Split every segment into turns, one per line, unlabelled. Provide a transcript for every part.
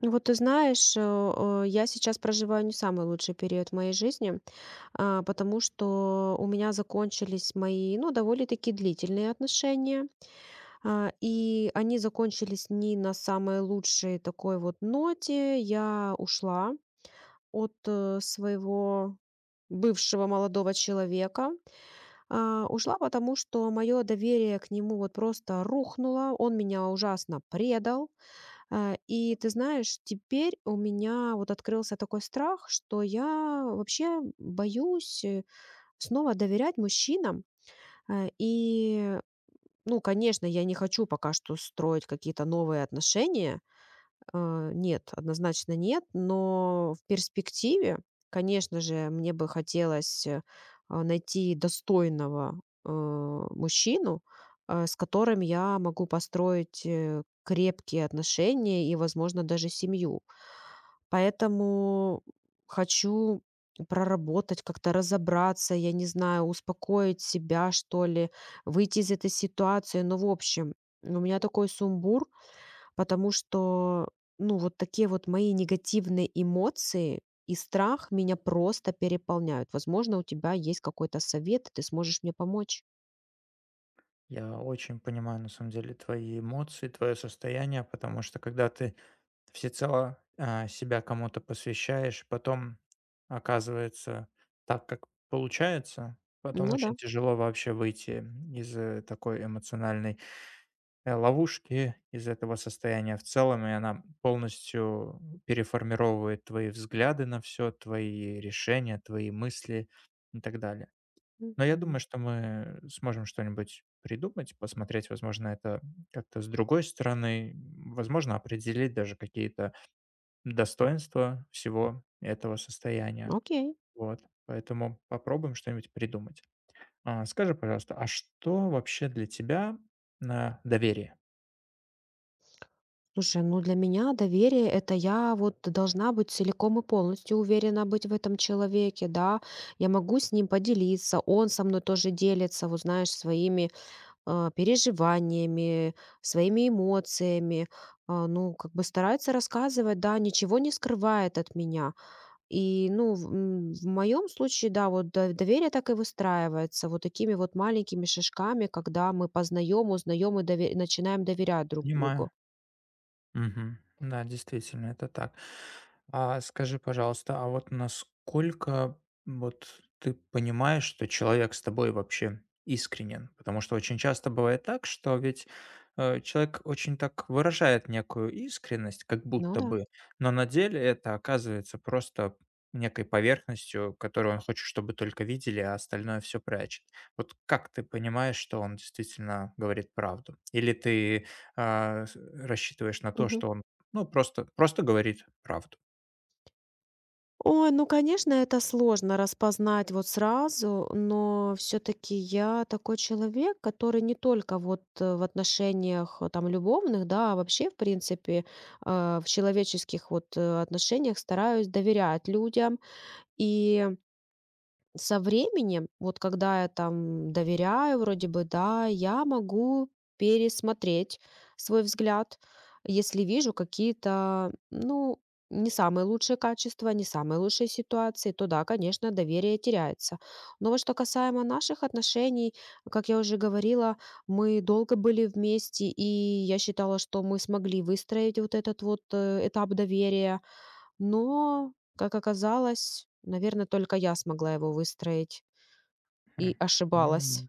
Ну вот ты знаешь, я сейчас проживаю не самый лучший период в моей жизни, потому что у меня закончились мои, ну, довольно-таки длительные отношения, и они закончились не на самой лучшей такой вот ноте. Я ушла от своего бывшего молодого человека. Ушла, потому что мое доверие к нему вот просто рухнуло, он меня ужасно предал. И ты знаешь, теперь у меня вот открылся такой страх, что я вообще боюсь, снова доверять мужчинам. А, и, ну, конечно, я не хочу пока что строить какие-то новые отношения. Э, нет, однозначно нет, но в перспективе, конечно же, мне бы хотелось, найти достойного, мужчину, с которым я могу построить, крепкие отношения и, возможно, даже семью. Поэтому хочу проработать, как-то разобраться, я не знаю, успокоить себя, что ли, выйти из этой ситуации. Ну, в общем, у меня такой сумбур, потому что, ну, вот такие вот мои негативные эмоции и страх меня просто переполняют. Возможно, у тебя есть какой-то совет, ты сможешь мне помочь.
Я очень понимаю, на самом деле, твои эмоции, твое состояние, потому что когда ты всецело себя кому-то посвящаешь, потом оказывается так, как получается, потом
Ну да.
очень тяжело вообще выйти из такой эмоциональной ловушки, из этого состояния в целом, и она полностью переформировывает твои взгляды на все, твои решения, твои мысли и так далее. Но я
Мгм.
думаю, что мы сможем что-нибудь придумать, посмотреть, возможно, это как-то с другой стороны, возможно, определить даже какие-то достоинства всего этого состояния.
Окей.
Вот, поэтому попробуем что-нибудь придумать. А, скажи, пожалуйста, а что вообще для тебя, на доверие?
Слушай, ну для меня доверие – это я вот должна быть целиком и полностью уверена быть в этом человеке, да. Я могу с ним поделиться, он со мной тоже делится, вот знаешь, своими переживаниями, своими эмоциями, а, ну, как бы старается рассказывать, да, ничего не скрывает от меня. И, ну, в, моем случае, да, вот доверие так и выстраивается, вот такими вот маленькими шажками, когда мы познаем, узнаем и начинаем доверять друг
Понимаю.
другу.
Мгм. Да, действительно, это так. А скажи, пожалуйста, а вот насколько вот ты понимаешь, что человек с тобой вообще искренен? Потому что очень часто бывает так, что ведь человек очень так выражает некую искренность, как
Ну
будто
да.
бы, но на деле это оказывается просто некой поверхностью, которую он хочет, чтобы только видели, а остальное все прячет. Вот как ты понимаешь, что он действительно говорит правду? Или ты а, с рассчитываешь на то, что он, ну, просто говорит правду.
Ой, ну, конечно, это сложно распознать вот сразу, но все таки я такой человек, который не только вот, в отношениях, там, любовных, да, а вообще, в принципе, в человеческих вот, отношениях стараюсь доверять людям. И со временем, вот когда я там доверяю вроде бы, да, я могу пересмотреть свой взгляд, если вижу какие-то, ну, не самые лучшие качества, не самые лучшие ситуации, то да, конечно, доверие теряется. Но вот что касаемо наших отношений, как я уже говорила, мы долго были вместе, и я считала, что мы смогли выстроить вот этот вот этап доверия, но, как оказалось, наверное, только я смогла его выстроить
Хм.
и ошибалась.
М,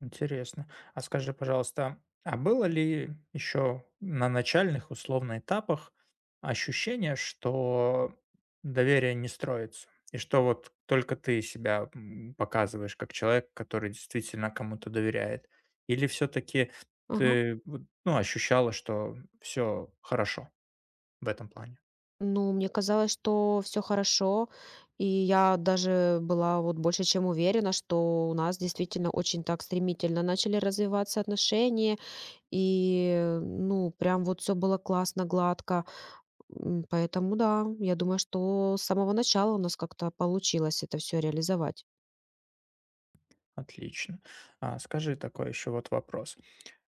интересно. А скажи, пожалуйста, а было ли еще на начальных, условно, этапах ощущение, что доверие не строится? И что вот только ты себя, показываешь как человек, который действительно кому-то доверяет? Или все таки
Ага.
ты вот, ну, ощущала, что все хорошо в этом плане?
Ну, мне казалось, что все хорошо, и я даже была вот больше чем уверена, что у нас действительно очень так стремительно начали развиваться отношения, и, ну, прям вот все было классно, гладко. М, поэтому да, я думаю, что с самого начала у нас как-то получилось это все реализовать.
Отлично. А скажи такой еще вот вопрос.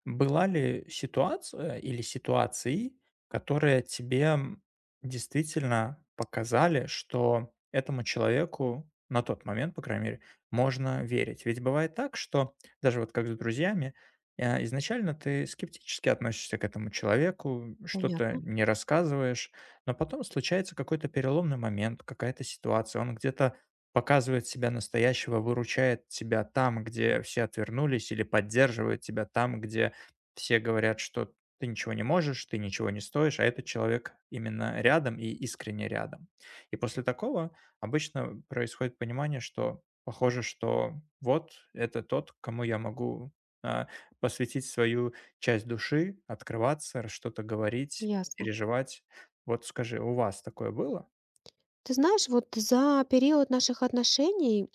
Была ли ситуация или ситуации, которые тебе действительно показали, что этому человеку на тот момент, по крайней мере, можно верить? Ведь бывает так, что даже вот как с друзьями, изначально ты скептически относишься к этому человеку, что-то
Понятно,
не рассказываешь, но потом случается какой-то переломный момент, какая-то ситуация, он где-то показывает себя настоящего, выручает тебя там, где все отвернулись, или поддерживает тебя там, где все говорят, что ты ничего не можешь, ты ничего не стоишь, а этот человек именно рядом и искренне рядом. И после такого обычно происходит понимание, что похоже, что вот это тот, кому я могу а, посвятить свою часть души, открываться, что-то говорить,
ясно.
переживать. Вот скажи, у вас такое было?
Ты знаешь, вот за период наших отношений,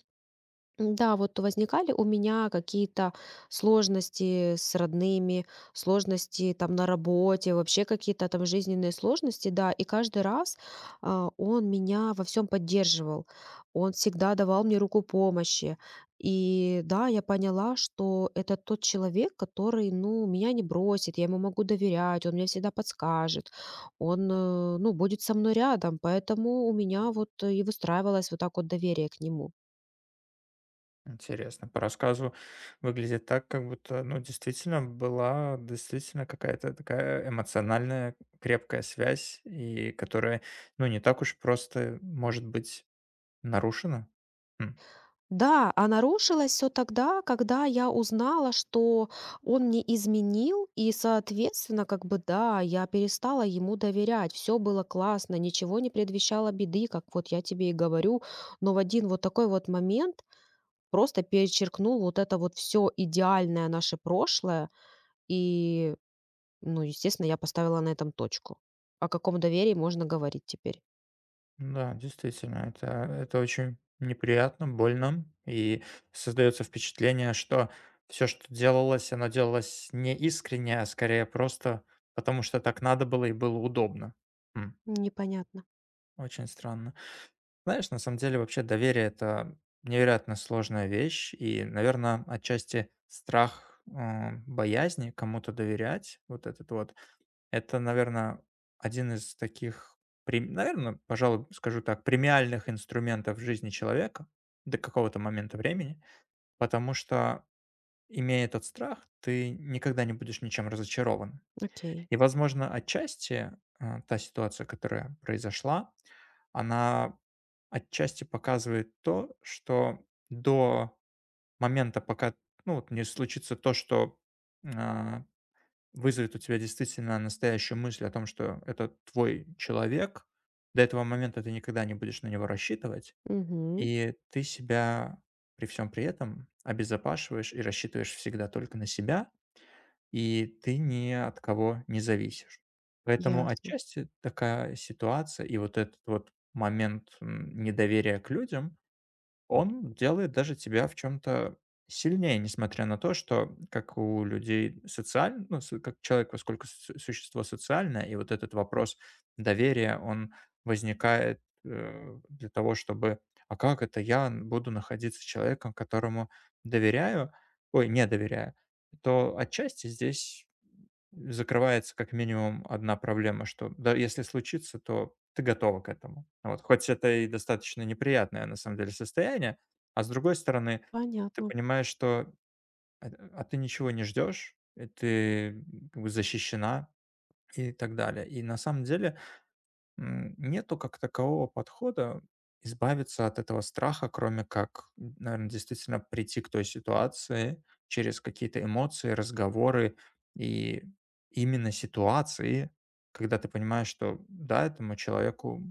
м, да, вот возникали у меня какие-то сложности с родными, сложности там на работе, вообще какие-то там жизненные сложности, да, и каждый раз он меня во всем поддерживал, он всегда давал мне руку помощи. И да, я поняла, что это тот человек, который, ну, меня не бросит, я ему могу доверять, он мне всегда подскажет, он, ну, будет со мной рядом, поэтому у меня вот и выстраивалось вот так вот доверие к нему.
Интересно. По рассказу выглядит так, как будто, ну, действительно была действительно какая-то такая эмоциональная крепкая связь, и которая, ну, не так уж просто может быть нарушена. М,
Да, а нарушилось все тогда, когда я узнала, что он мне изменил, и, соответственно, как бы, да, я перестала ему доверять. Все было классно, ничего не предвещало беды, как вот я тебе и говорю. Но в один вот такой вот момент просто перечеркнул вот это вот все идеальное наше прошлое. И, ну, естественно, я поставила на этом точку. О каком доверии можно говорить теперь?
да, действительно, это очень неприятно, больно, и создается впечатление, что все, что делалось, оно делалось не искренне, а скорее просто потому, что так надо было и было удобно. М,
Непонятно.
очень странно. Знаешь, на самом деле вообще доверие– это невероятно сложная вещь, и, наверное, отчасти страх боязни кому-то доверять, вот этот вот, это, наверное, один из таких, наверное, пожалуй, скажу так, премиальных инструментов в жизни человека до какого-то момента времени, потому что, имея этот страх, ты никогда не будешь ничем разочарован.
Окей.
И, возможно, отчасти та ситуация, которая произошла, она отчасти показывает то, что до момента, пока, ну, вот не случится то, что, а, вызовет у тебя действительно настоящую мысль о том, что это твой человек, до этого момента ты никогда не будешь на него рассчитывать,
Мгм.
и ты себя при всем при этом обезопашиваешь и рассчитываешь всегда только на себя, и ты ни от кого не зависишь. Поэтому
Ясно.
отчасти такая ситуация и вот этот вот момент, недоверия к людям, он делает даже тебя в чем-то сильнее, несмотря на то, что как у людей социаль ну, с как человек, поскольку су существо социальное, и вот этот вопрос доверия, он возникает, для того, чтобы: "А как это я н буду находиться с человеком, которому доверяю, ой, не доверяю?" То отчасти здесь закрывается как минимум одна проблема, что да, если случится, то ты готова к этому. Вот. Хоть это и достаточно неприятное на самом деле состояние, а с другой стороны, ты
Понятно.
понимаешь, что а ты ничего не ждешь, ты как бы защищена и так далее. И на самом деле нету как такового подхода избавиться от этого страха, кроме как, наверное, действительно прийти к той ситуации через какие-то эмоции, разговоры и именно ситуации, когда ты понимаешь, что да, этому человеку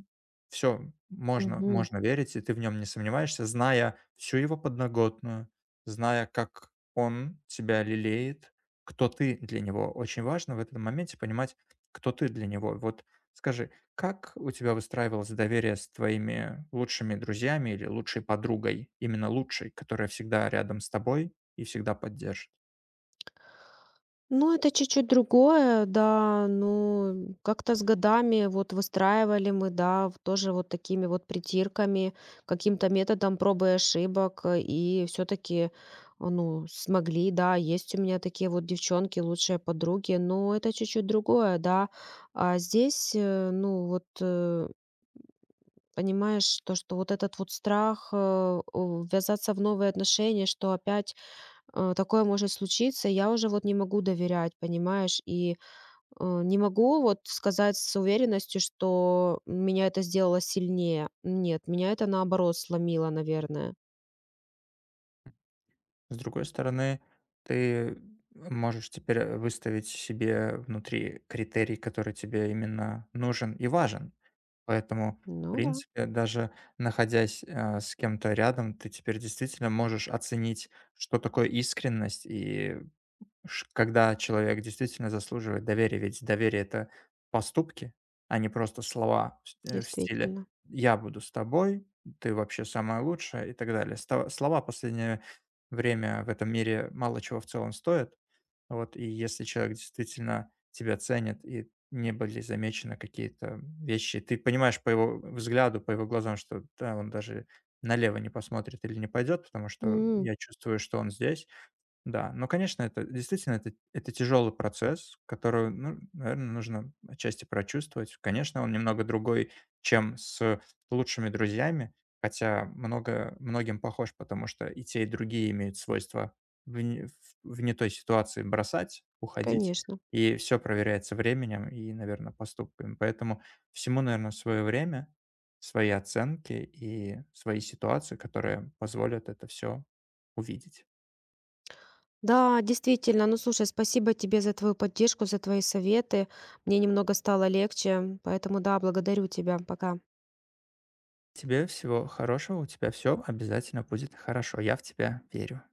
все можно
Мгм.
можно верить, и ты в нем не сомневаешься, зная всю его подноготную, зная, как он тебя лелеет, кто ты для него. Очень важно в этом моменте понимать, кто ты для него. Вот скажи, как у тебя выстраивалось доверие с твоими лучшими друзьями или лучшей подругой? Именно лучшей, которая всегда рядом с тобой и всегда поддержит.
Ну, это чуть-чуть другое, да. Ну, как-то с годами вот выстраивали мы, да, тоже вот такими вот притирками, каким-то методом пробы и ошибок, и все-таки, ну, смогли, да, есть у меня такие вот девчонки, лучшие подруги, но это чуть-чуть другое, да. А здесь, ну, вот, понимаешь, то, что вот этот вот страх ввязаться в новые отношения, что опять такое может случиться, я уже вот не могу доверять, понимаешь, и не могу вот сказать с уверенностью, что меня это сделало сильнее. Нет, меня это наоборот сломило, наверное.
С другой стороны, ты можешь теперь выставить себе внутри критерий, который тебе именно нужен и важен. Поэтому, в
Ну да,
принципе, даже находясь с кем-то рядом, ты теперь действительно можешь оценить, что такое искренность, и Ш когда человек действительно заслуживает доверия, ведь доверие- это поступки, а не просто слова в в стиле:
действительно.
"Я буду с тобой, ты вообще самая лучшая" и так далее. Сто слова в последнее время в этом мире мало чего в целом стоят. Вот, и если человек действительно тебя ценит и не были замечены какие-то вещи, ты понимаешь по его взгляду, по его глазам, что да, он даже налево не посмотрит или не пойдет, потому что
М,
я чувствую, что он здесь. Да, но, конечно, это действительно это тяжелый процесс, который, ну, наверное, нужно отчасти прочувствовать. Конечно, он немного другой, чем с лучшими друзьями, хотя много многим похож, потому что и те, и другие имеют свойство в не той ситуации бросать, уходить,
конечно.
и все проверяется временем и, наверное, поступками. Поэтому всему, наверное, свое время, свои оценки и свои ситуации, которые позволят это все увидеть.
Да, действительно. Ну, слушай, спасибо тебе за твою поддержку, за твои советы. Мне немного стало легче, поэтому да, благодарю тебя. Пока.
Тебе всего хорошего, у тебя все обязательно будет хорошо. Я в тебя верю.